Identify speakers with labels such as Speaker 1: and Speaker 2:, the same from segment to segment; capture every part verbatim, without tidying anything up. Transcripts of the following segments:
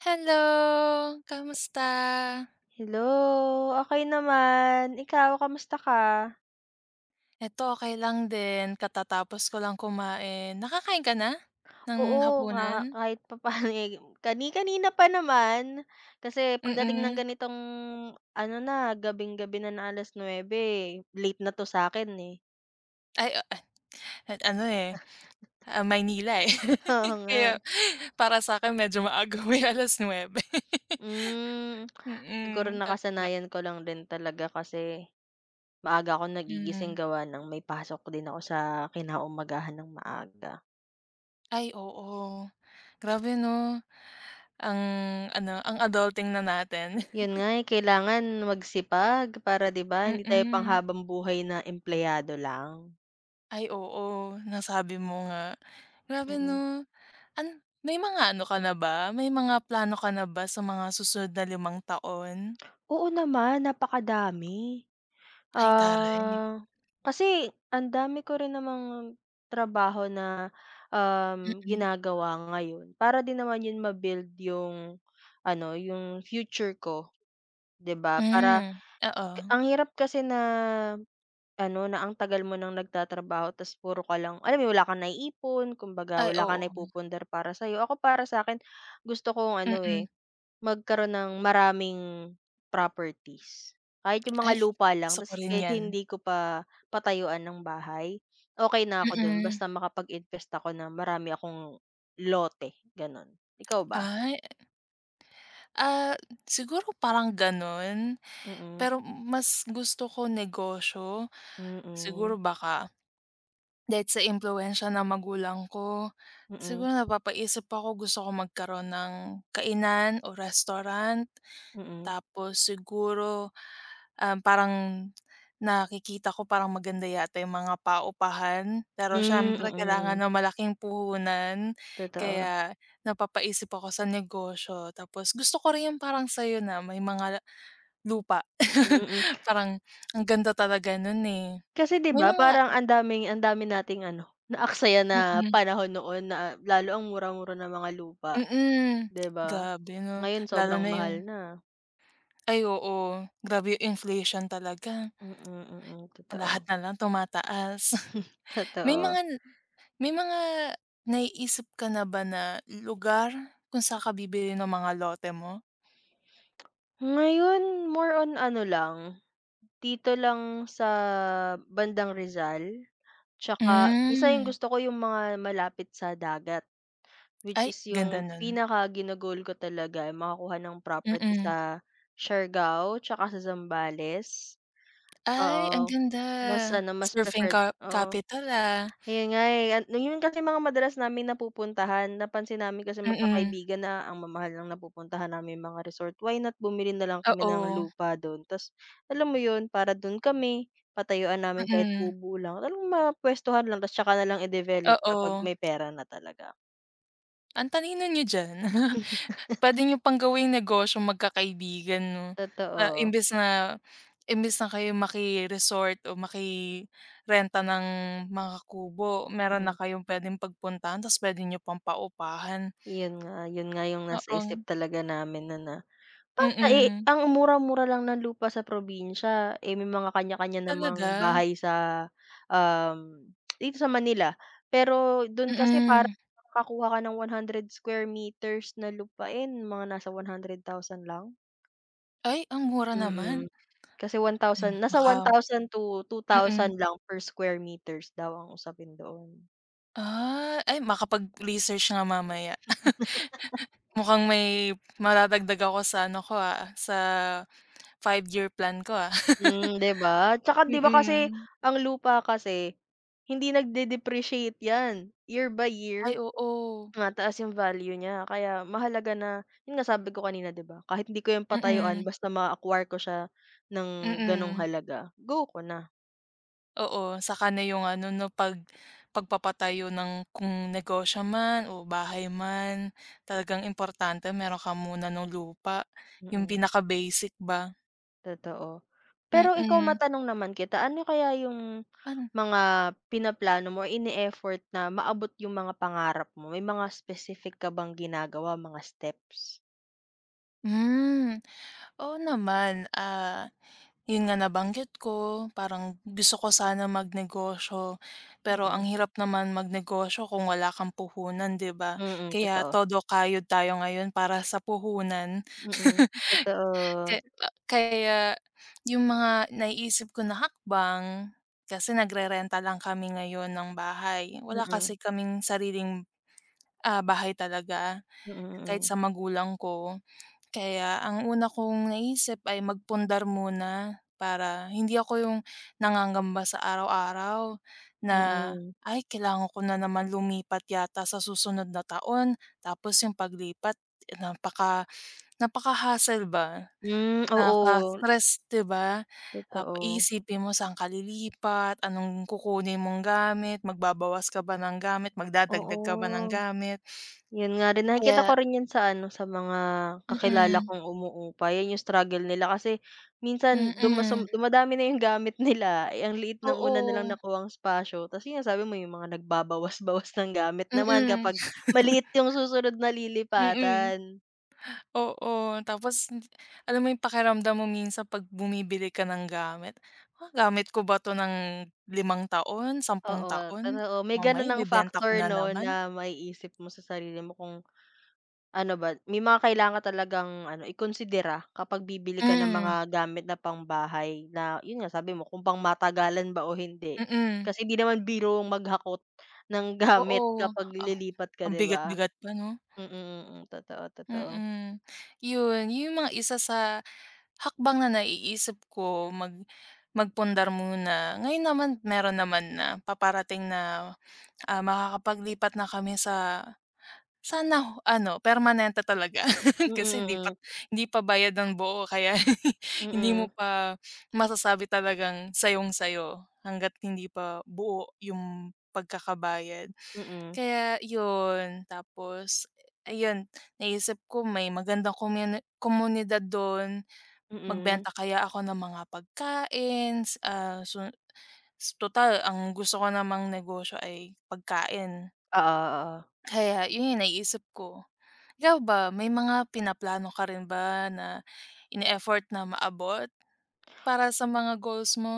Speaker 1: Hello, kamusta?
Speaker 2: Hello, okey naman. Ikaw, kamusta ka?
Speaker 1: Eto okey lang din, katatapos ko lang kumain. Nakakain ka na ng
Speaker 2: Oo, nga
Speaker 1: hapunan?
Speaker 2: kahit papaano, eh, kani-kanina pa naman. Kasi pagdating ng
Speaker 1: Mm.
Speaker 2: ganitong ano na, gabing-gabi na na alas 9:00, late na 'to sa akin eh.
Speaker 1: Ay, ah, ah, ano, eh, ah, Maynila, eh.
Speaker 2: Oo nga, eh.
Speaker 1: Kaya para sa'kin medyo maaga uwi, alas nuwebe.
Speaker 2: Hmm, siguro
Speaker 1: Mm, kakaba
Speaker 2: nakasanayan ko lang din talaga kasi maaga ako nagigising
Speaker 1: mm.
Speaker 2: gawa ng may pasok din ako sa kinaumagahan ng maaga.
Speaker 1: Ay, oo. Grabe 'no, ang ano, ang adulting na natin.
Speaker 2: Yun nga, eh, kailangan magsipag para 'di ba, hindi tayo
Speaker 1: Mm.
Speaker 2: panghabambuhay na empleyado lang,
Speaker 1: Ay, oo, nasabi mo nga. Grabe 'no.
Speaker 2: mm.
Speaker 1: An may mga ano ka na ba, may mga plano ka na ba sa mga susunod na limang taon?
Speaker 2: Oo naman, napakadami.
Speaker 1: Ay taray,
Speaker 2: Ah, kasi ang dami ko rin namang trabaho na, um,
Speaker 1: mm.
Speaker 2: ginagawa ngayon para din naman yun ma yung ano, yung future ko, 'di ba? Para
Speaker 1: Hmm, oo.
Speaker 2: ang hirap kasi na ano, na ang tagal mo ng nagtatrabaho ta's puro ka lang alam mo yun, wala kang naiipon, kumbaga
Speaker 1: Ay
Speaker 2: wala kang
Speaker 1: oo,
Speaker 2: naipupundar para sa'yo. Ako para sa akin gusto kong ano,
Speaker 1: mm.
Speaker 2: eh, magkaroon ng maraming properties. Kahit yung mga
Speaker 1: Ay
Speaker 2: lupa
Speaker 1: gusto
Speaker 2: lang
Speaker 1: ko
Speaker 2: ta's
Speaker 1: rin
Speaker 2: kahit
Speaker 1: 'yan,
Speaker 2: hindi ko pa patayuan ng bahay, okay na ako dun
Speaker 1: mm.
Speaker 2: basta makapag-invest ako na marami akong lote, gano'n. Ikaw ba?
Speaker 1: Ay, ah, siguro parang gano'n,
Speaker 2: Mm,
Speaker 1: pero mas gusto ko negosyo.
Speaker 2: mm,
Speaker 1: Siguro
Speaker 2: mm,
Speaker 1: baka dahil sa impluwensiya ng magulang ko,
Speaker 2: mm,
Speaker 1: siguro napapaisip ako gusto ko magkaroon ng kainan o restaurant.
Speaker 2: mm.
Speaker 1: Tapos siguro um, parang nakikita ko parang maganda yata yung mga paupahan, pero
Speaker 2: Hmm,
Speaker 1: siyempre kailangan
Speaker 2: mm,
Speaker 1: ng malaking puhunan
Speaker 2: totoo,
Speaker 1: kaya napapaisip ako sa negosyo. Tapos gusto ko rin yung parang sa'yo na may mga lupa.
Speaker 2: mm. Mm.
Speaker 1: Parang ang ganda talaga nun, eh.
Speaker 2: Kasi 'di
Speaker 1: May
Speaker 2: ba
Speaker 1: mga
Speaker 2: parang ang daming ang dami nating ano, naaksaya na
Speaker 1: mm,
Speaker 2: panahon noon na lalo ang mura-mura ng mga lupa,
Speaker 1: mm.
Speaker 2: 'di ba?
Speaker 1: Grabe 'no,
Speaker 2: Ngayon
Speaker 1: lalo
Speaker 2: sobrang
Speaker 1: na yung
Speaker 2: mahal na.
Speaker 1: ay oo, grabe yung inflation talaga.
Speaker 2: Mm, mm, mm, mm, totoo,
Speaker 1: Lahat na lang tumataas. May
Speaker 2: totoo.
Speaker 1: mga May mga naiisip ka na ba na lugar kung saan ka bibili ng mga lote mo?
Speaker 2: Ngayon more on ano lang, dito lang sa bandang Rizal, 'tsaka isa yung
Speaker 1: Hmm,
Speaker 2: gusto ko yung mga malapit sa dagat, which
Speaker 1: ay
Speaker 2: is
Speaker 1: ganda
Speaker 2: yung
Speaker 1: nun,
Speaker 2: pinaka gino-goal ko talaga ay makakuha ng property
Speaker 1: mm.
Speaker 2: sa Siargao 'tsaka sa Zambales.
Speaker 1: Ay ang
Speaker 2: Oo,
Speaker 1: ganda,
Speaker 2: mas ano, mas
Speaker 1: surfing
Speaker 2: preferred,
Speaker 1: cap
Speaker 2: oo.
Speaker 1: capital, ah,
Speaker 2: Ayun nga, eh, an yun kasi mga madalas naming napupuntahan. Napansin namin kasi
Speaker 1: mm,
Speaker 2: magkakaibigan na ang mamahal ng napupuntahan namin mga resort. Why not bumili na lang kami ng
Speaker 1: oo,
Speaker 2: lupa dun ta's alam mo yun, para dun kami, patayuan namin kahit
Speaker 1: mm,
Speaker 2: kubo lang, talagang mapuwestuhan lang ta's tsaka na lang i-develop kapag
Speaker 1: oo,
Speaker 2: may pera na talaga.
Speaker 1: ang talino niyo diyan. Puwede niyo pang gawing negosyong magkakaibigan 'no, ah,
Speaker 2: Totoo,
Speaker 1: imbes na imbes na kayo maki-resort o makirenta ng mga kubo, meron na
Speaker 2: mm.
Speaker 1: kayong puwedeng pagpuntahan ta's puwede niyo pang paupahan.
Speaker 2: Yun nga, yun nga yung nasa
Speaker 1: Oo,
Speaker 2: isip talaga namin na ah. Bata, eh,
Speaker 1: mm.
Speaker 2: ang mura-mura lang ng lupa sa probinsya, eh, may mga kanya-kanya
Speaker 1: Talaga?
Speaker 2: namang bahay sa, um, dito sa Manila. Pero dun kasi parang
Speaker 1: Mm.
Speaker 2: makakakuha ka ng one hundred square meters na lupain mga nasa one hundred thousand lang.
Speaker 1: Ay, ang mura naman.
Speaker 2: Mm, kasi
Speaker 1: Ay
Speaker 2: one thousand nasa
Speaker 1: baka
Speaker 2: one thousand to
Speaker 1: mm.
Speaker 2: two thousand lang per square meters daw ang usapin doon.
Speaker 1: Ah, ay makapag-research nga mamaya. Mukhang may madadagdag ako sa ano ko, ah, sa five-year plan ko, ah.
Speaker 2: Hmm, 'di ba? Tsaka 'di ba kasi
Speaker 1: Mm.
Speaker 2: ang lupa kasi hindi nagde-depreciate 'yan, year by
Speaker 1: Ay,
Speaker 2: year.
Speaker 1: oo.
Speaker 2: Mataas yung value niya kaya mahalaga na, yun nga sabi ko kanina, 'di ba, kahit hindi ko yung patayuan
Speaker 1: Mm,
Speaker 2: basta ma-acquire ko siya ng ganong
Speaker 1: mm.
Speaker 2: halaga, go ko na.
Speaker 1: Oo, saka na yung ano 'no, 'pag pagpapatayo ng kung negosyo man o bahay man, talagang importante meron ka muna nung lupa, yung
Speaker 2: Mm,
Speaker 1: pinaka-basic ba.
Speaker 2: totoo. Pero ikaw,
Speaker 1: Mm,
Speaker 2: matanong naman kita, ano kaya yung
Speaker 1: ano
Speaker 2: mga pinaplano mo, ini-effort na maabot yung mga pangarap mo? May mga specific ka bang ginagawa, mga steps?
Speaker 1: hmm. Oo naman, ah, yun nga nabanggit ko, parang gusto ko sana magnegosyo, pero ang
Speaker 2: Mm,
Speaker 1: hirap naman magnegosyo kung wala kang puhunan, 'di ba?
Speaker 2: mm,
Speaker 1: Kaya
Speaker 2: totoo.
Speaker 1: todo kayod tayo ngayon para sa puhunan.
Speaker 2: Mm,
Speaker 1: Ka
Speaker 2: totoo.
Speaker 1: ah, kaya yung mga naiisip ko na hakbang, kasi nagrerenta lang kami ngayon ng bahay.
Speaker 2: Mm,
Speaker 1: Wala
Speaker 2: mm, mm.
Speaker 1: kasi kaming sariling, ah, bahay talaga kahit
Speaker 2: Mm.
Speaker 1: sa magulang ko. Kaya ang una kong naisip ay magpundar muna para hindi ako yung nangangamba sa araw-araw na,
Speaker 2: Mm.
Speaker 1: "Ay, kailangan ko na naman lumipat yata sa susunod na taon." Tapos yung paglipat napaka napaka-hassle ba,
Speaker 2: Hmm, oo,
Speaker 1: nakaka-stress, 'di ba? Tap
Speaker 2: totoo.
Speaker 1: iisipin mo saan ka lilipat, anong kukunin mong gamit, magbabawas ka ba ng gamit, magdadagdag ka ba ng
Speaker 2: Oo,
Speaker 1: gamit.
Speaker 2: yun nga rin, nakikita
Speaker 1: Kaya
Speaker 2: ko rin yan sa ano, sa mga kakilala
Speaker 1: mm,
Speaker 2: kong umuupa, yan yung struggle nila kasi
Speaker 1: mm.
Speaker 2: minsan duma
Speaker 1: Mm,
Speaker 2: sum dumadami na yung gamit nila, eh, ang liit ng una nilang
Speaker 1: oo,
Speaker 2: nakuhang espasyo ta's yun sabi mo yung mga nagbabawas-bawas ng gamit naman
Speaker 1: mm.
Speaker 2: kapag maliit yung susunod na
Speaker 1: Mm,
Speaker 2: lilipatan.
Speaker 1: oo. Tapos hindi alam mo yung pakiramdam mo minsan 'pag bumibili ka ng gamit, "Ah, gamit ko ba 'to ng limang taon, sampung
Speaker 2: Oo,
Speaker 1: taon?
Speaker 2: totoo, may gano'n
Speaker 1: Mamaya
Speaker 2: ng
Speaker 1: ibebenta ko
Speaker 2: factor
Speaker 1: na
Speaker 2: 'no,
Speaker 1: naman."
Speaker 2: na maiisip mo sa sarili mo kung ano ba, may mga kailangan ka talagang ano, ikonsidera kapag bibili ka ng
Speaker 1: Mm,
Speaker 2: mga gamit na pangbahay, na yun nga sabi mo, kung pangmatagalan ba o hindi.
Speaker 1: mm.
Speaker 2: Kasi hindi naman biro ang maghakot ng
Speaker 1: Oo,
Speaker 2: gamit kapag
Speaker 1: ah,
Speaker 2: lilipat ka,
Speaker 1: ang
Speaker 2: 'di ba?
Speaker 1: bigat-bigat pa 'no?
Speaker 2: Mm, mm, mm, totoo, totoo.
Speaker 1: Mm, yun. Yun mga isa sa hakbang na naiisip ko mag magpundar muna. Ngayon naman meron naman na paparating na, ah, makakapaglipat na kami sa Sana ho ano, permanente talaga
Speaker 2: Mm,
Speaker 1: kasi
Speaker 2: mm,
Speaker 1: hindi pa
Speaker 2: mm,
Speaker 1: hindi pa bayad ng buo kaya hindi
Speaker 2: mm,
Speaker 1: mo pa masasabi talagang sayong-sayo hangga't hindi pa buo yung pagkakabayad.
Speaker 2: mm.
Speaker 1: Kaya yun, tapos ayun, naisip ko may magandang komuni komunidad dun,
Speaker 2: Mm, mm.
Speaker 1: magbenta kaya ako ng mga pagkain, s- ah, su total ang gusto ko namang negosyo ay pagkain.
Speaker 2: Oo, oo.
Speaker 1: Kaya yun yung naisip ko. Ikaw ba, may mga pinaplano ka rin ba na ine-effort na maabot para sa mga goals mo?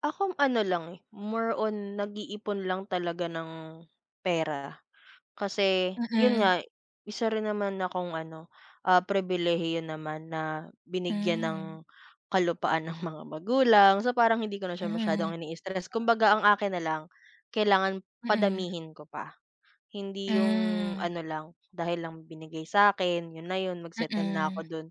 Speaker 2: Ako ano lang, eh, more on nag-iipon lang talaga ng pera. Kasi yun
Speaker 1: Mm-mm.
Speaker 2: nga, isa rin naman akong ano, ah, pribilehiyo naman na binigyan ng
Speaker 1: Mm.
Speaker 2: kalupaan ng mga magulang. So, parang hindi ko na siya
Speaker 1: Hmm.
Speaker 2: masyadong ini-stress. Kumbaga ang akin na lang, kailangan
Speaker 1: Mm.
Speaker 2: padamihin ko pa. Hindi yung
Speaker 1: Mm.
Speaker 2: ano lang, dahil lang binigay sa'kin, yun na yun,
Speaker 1: Hmm.
Speaker 2: mag-settle na
Speaker 1: Mm.
Speaker 2: ako dun.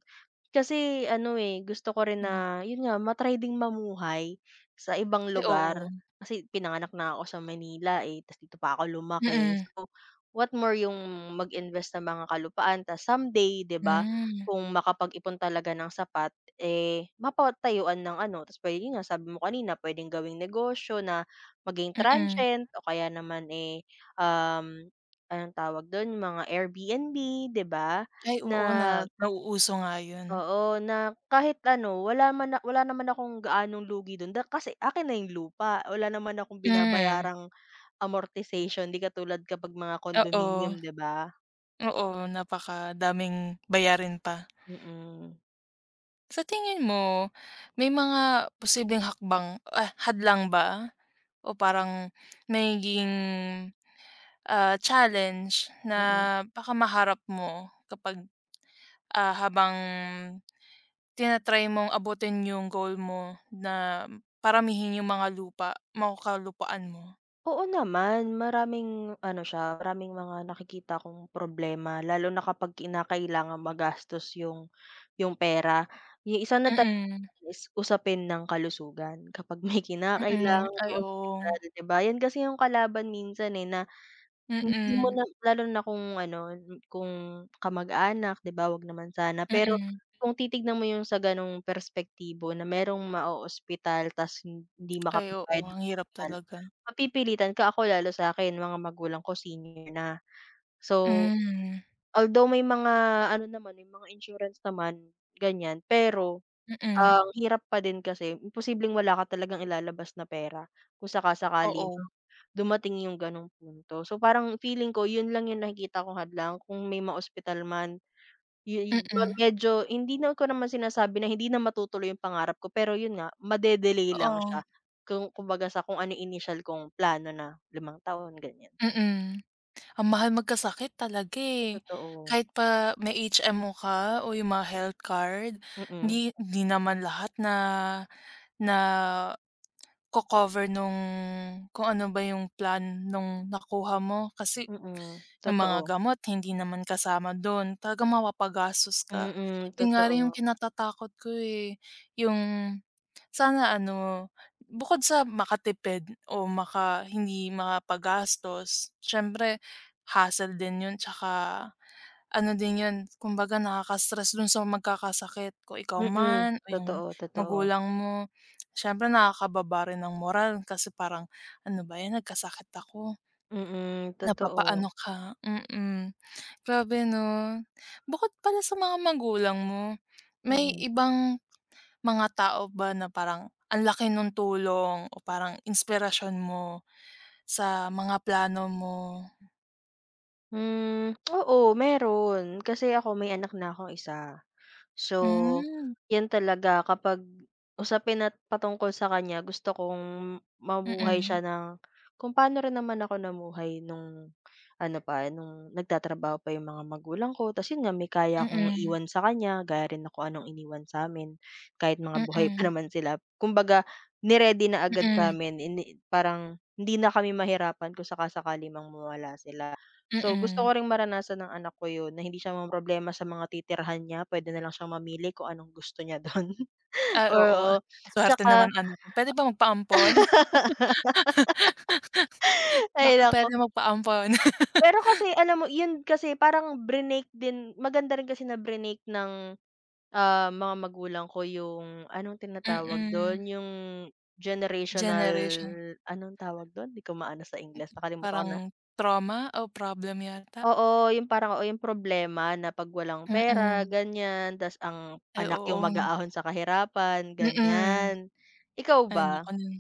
Speaker 2: Kasi ano, eh, gusto ko rin
Speaker 1: Hmm.
Speaker 2: na yun nga, ma ding mamuhay sa ibang
Speaker 1: Ay, oo.
Speaker 2: lugar. Kasi pinanganak na ako sa Manila, eh, ta's dito pa ako lumaki.
Speaker 1: Mm.
Speaker 2: So, what more yung mag-invest ng mga kalupaan ta's someday, 'di ba,
Speaker 1: Hmm.
Speaker 2: kung makapag-ipon talaga ng sapat, eh, mapatayuan ng ano ta's puwede, yun nga sabi mo kanina, pwedeng gawing negosyo na maging
Speaker 1: Mm.
Speaker 2: transient o kaya naman, eh, um anong tawag dun, yung mga Airbnb, 'di ba?
Speaker 1: Ay,
Speaker 2: Na
Speaker 1: oo, na nauuso nga 'yun.
Speaker 2: oo, na kahit ano, wala man na- wala naman akong gaanong lugi dun da kasi akin na yung lupa, wala naman akong
Speaker 1: Hmm,
Speaker 2: binabayarang amortization, 'di katulad kapag mga
Speaker 1: oo.
Speaker 2: condominium, 'di ba?
Speaker 1: Oo, napakadaming bayarin pa.
Speaker 2: Mm,
Speaker 1: Sa tingin mo, may mga posibleng hakbang ah, hadlang ba o parang nagiging ah, challenge
Speaker 2: mm.
Speaker 1: na baka maharap mo kapag, ah, habang tinatry mong abutin yung goal mo na paramihin yung mga lupa, makakalupaan mo.
Speaker 2: Oo naman, maraming ano siya, maraming mga nakikita kong problema lalo na kapag kinakailangang magastos yung yung pera. Yung isa na talaga
Speaker 1: Mm,
Speaker 2: is usapin ng kalusugan kapag may
Speaker 1: mm.
Speaker 2: kinakailangang
Speaker 1: Ay, oo.
Speaker 2: ospital, 'di ba? Yan kasi yung kalaban minsan, eh, na hindi mo
Speaker 1: Mm,
Speaker 2: na lalo na kung ano, kung kamag-anak, 'di ba, wag naman sana. Pero
Speaker 1: mm.
Speaker 2: kung titignan mo yung sa gano'ng perspektibo na merong maoospital ta's hindi
Speaker 1: Ay, oo,
Speaker 2: makapagbayad ng
Speaker 1: ang hirap
Speaker 2: ospital,
Speaker 1: talaga.
Speaker 2: mapipilitan ka. Ako lalo sa'kin, mga magulang ko senior na. So,
Speaker 1: Hmm,
Speaker 2: although may mga ano naman, may mga insurance naman, ganiyan, pero
Speaker 1: mm.
Speaker 2: ang hirap pa din kasi imposibleng wala ka talagang ilalabas na pera kung saka-sakali
Speaker 1: Oo,
Speaker 2: mang dumating yung gano'ng punto. So, parang feeling ko yun lang yung nakikita kong hadlang kung may ma-ospital man, yu ma
Speaker 1: mm.
Speaker 2: medyo hindi na ko naman sinasabi na hindi na matutuloy yung pangarap ko, pero yun nga, made-delay lang
Speaker 1: Oo,
Speaker 2: siya kung kumbaga sa kung ano yung initial kong plano na limang taon, ganyan.
Speaker 1: mm. Ang mahal magkasakit talaga, eh.
Speaker 2: Totoo,
Speaker 1: Kahit pa may H M O ka o yung mga health card,
Speaker 2: mm,
Speaker 1: hindi hindi naman lahat na na ko-cover nung kung ano ba yung plan nung nakuha mo kasi
Speaker 2: mm,
Speaker 1: yung mga
Speaker 2: totoo.
Speaker 1: gamot hindi naman kasama dun, talagang mapapagastos ka.
Speaker 2: Mm,
Speaker 1: Yun nga rin yung
Speaker 2: totoo.
Speaker 1: kinatatakot ko, eh, yung sana ano, bukod sa makatipid o maka hindi makapagastos, siyempre hassle din yun tsaka ano din 'yun, kumbaga nakaka-stress dun sa magkakasakit kung ikaw
Speaker 2: Mm,
Speaker 1: man o yung
Speaker 2: totoo, totoo.
Speaker 1: magulang mo. Siyempre nakakababa rin ng moral kasi parang, "Ano ba 'yan, nagkasakit ako."
Speaker 2: Mm,
Speaker 1: Napapaano
Speaker 2: totoo.
Speaker 1: ka mm. Grabe 'no. Bukod pala sa mga magulang mo, may
Speaker 2: Mm.
Speaker 1: ibang mga tao ba na parang ang laki nung tulong o parang inspirasyon mo sa mga plano mo?
Speaker 2: Hmm, oo, meron. Kasi ako may anak na akong isa. So,
Speaker 1: Hmm,
Speaker 2: 'yan talaga kapag usapin at patungkol sa kanya, gusto kong mamuhay
Speaker 1: mm.
Speaker 2: siya ng kung paano rin naman ako namuhay nung ano pa, nung nagtatrabaho pa yung mga magulang ko. Ta's 'yun nga, may kaya
Speaker 1: Mm.
Speaker 2: akong
Speaker 1: Mm.
Speaker 2: iwan sa kanya, gaya rin ng kung anong iniwan sa sa'min kahit mga buhay pa
Speaker 1: Mm.
Speaker 2: naman sila. Kumbaga niready na agad
Speaker 1: Mm.
Speaker 2: sa'min, ini parang hindi na kami mahirapan kung saka-sakali mang mawala sila. So, gusto
Speaker 1: Mm.
Speaker 2: ko ring maranasan ng anak ko yun, na hindi siya mamroblema sa mga titirhan niya, pwede na lang siyang mamili kung anong gusto niya don,
Speaker 1: Ay, oo.
Speaker 2: oo.
Speaker 1: Swerte
Speaker 2: Tsaka
Speaker 1: naman ano ko. Puwede ba magpaampon?
Speaker 2: ay
Speaker 1: Baka
Speaker 2: naku,
Speaker 1: puwede magpaampon.
Speaker 2: pero kasi alam mo yun, kasi parang brinake din, maganda rin kasi na brinake ng, ah, mga magulang ko yung anong tinatawag
Speaker 1: Mm.
Speaker 2: dun, yung generational,
Speaker 1: Generation.
Speaker 2: anong tawag dun? Di ko maano sa Ingles, nakalimutan ko.
Speaker 1: Parang trauma o problem yata.
Speaker 2: Oo, yung parang, oo, yung problema na 'pag walang pera,
Speaker 1: Mm.
Speaker 2: ganyan, tas ang
Speaker 1: Ay,
Speaker 2: anak yung
Speaker 1: oo.
Speaker 2: mag-aahon sa kahirapan,
Speaker 1: Mm.
Speaker 2: ganyan. Ikaw
Speaker 1: Ay,
Speaker 2: ba?
Speaker 1: naku nun.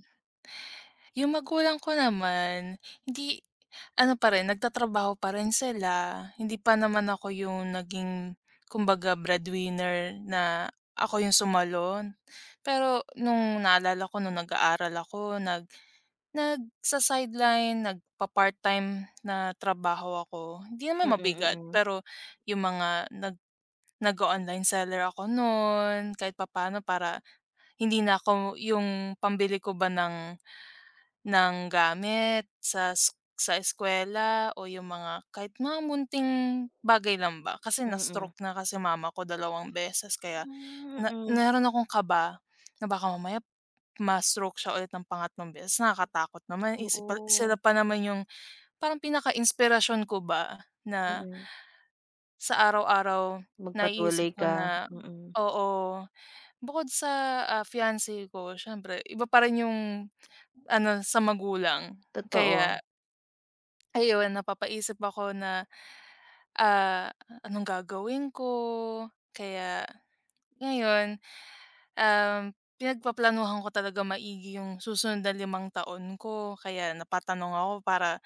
Speaker 1: Yung magulang ko naman, hindi ano pa rin, nagtatrabaho pa rin sila. Hindi pa naman ako yung naging kumbaga breadwinner na ako yung sumalo. Pero nung naalala ko nung nag-aaral ako, nag Nagsa-sideline, nagpa-part-time na trabaho ako. Hindi
Speaker 2: Mm,
Speaker 1: naman
Speaker 2: mm,
Speaker 1: mabigat,
Speaker 2: mm.
Speaker 1: pero yung mga nag nag online seller ako no'n kahit papaano para hindi na ako yung pambili ko ba ng ng gamit sa s sa eskuwela o yung mga kahit mga munting bagay lang ba. Kasi na-stroke na kasi mama ko dalawang beses kaya
Speaker 2: Hmm,
Speaker 1: na
Speaker 2: mm.
Speaker 1: meron akong kaba na baka mamaya ma-stroke siya ulit ng pangatlong beses, nakakatakot naman isip pa sila
Speaker 2: Oo,
Speaker 1: pa naman yung parang pinaka-inspirasyon ko ba na
Speaker 2: mm.
Speaker 1: sa araw-araw naiisip
Speaker 2: Magpatuloy
Speaker 1: ko
Speaker 2: ka,
Speaker 1: na
Speaker 2: mm.
Speaker 1: oo, bukod sa, ah, fiance ko syempre iba pa rin yung ano sa magulang.
Speaker 2: Totoo,
Speaker 1: Kaya ayun napapaisip ako na, ah, anong gagawin ko? Kaya ngayon Um, pinagpaplanuhan ko talaga maigi yung susunod na limang taon ko kaya napatanong ako para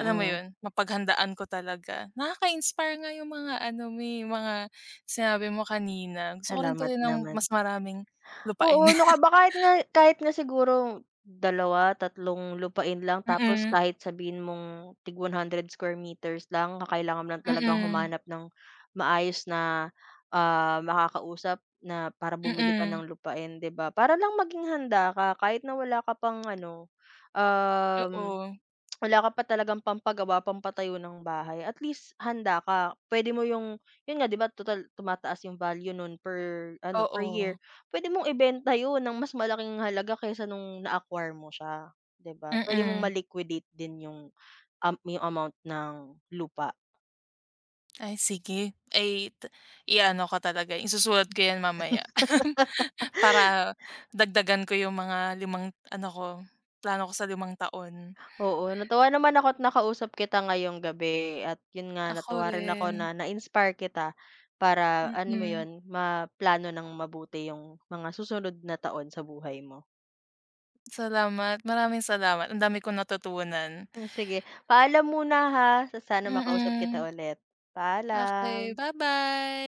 Speaker 1: alam mo yun, mapaghandaan ko talaga. Nakaka-inspire nga yung mga ano mo, eh, mga sinabi mo kanina. Gusto ko rin
Speaker 2: Salamat
Speaker 1: tuloy ng
Speaker 2: naman.
Speaker 1: mas maraming lupain.
Speaker 2: Oo, 'no, ka ba, kahit nga kahit nga siguro dalawa tatlong lupain lang tapos
Speaker 1: Mm,
Speaker 2: kahit sabihin mong tig one hundred square meters lang, kakailangan mo lang talagang
Speaker 1: mm,
Speaker 2: humanap ng maayos na, ah, makakausap na para bumili ka
Speaker 1: mm.
Speaker 2: ng lupain, 'di ba? Para lang maging handa ka kahit na wala ka pang ano, um
Speaker 1: Oo,
Speaker 2: wala ka pa talagang pampagawa, pampatayo ng bahay, at least handa ka. Pwede mo yung, yun nga, 'di ba, total tumataas yung value nun per ano, per
Speaker 1: oo,
Speaker 2: year. Pwede mong ibenta yun ng mas malaking halaga kaysa nung na-acquire mo siya, 'di ba? Pwede mong
Speaker 1: mm.
Speaker 2: ma-liquidate din yung, um, yung amount ng lupa.
Speaker 1: Ay sige, ay t i ko talaga isusulat ko yan mamaya. Para dagdagan ko yung mga limang ano ko, plano ko sa limang taon.
Speaker 2: Oo, natuwa naman ako ako't nakausap kita ngayong gabi, at yun nga,
Speaker 1: Ako
Speaker 2: natuwa rin ako
Speaker 1: rin,
Speaker 2: na na-inspire kita para, ano mo
Speaker 1: mm.
Speaker 2: yun, maplano ng mabuti yung mga susunod na taon sa buhay mo.
Speaker 1: Salamat, maraming salamat ang dami kong natutunan.
Speaker 2: Hmm, sige. Paalam muna ha, sa sana makausap kita
Speaker 1: Mm,
Speaker 2: ulit.
Speaker 1: okay.
Speaker 2: Paalam.
Speaker 1: Bye bye.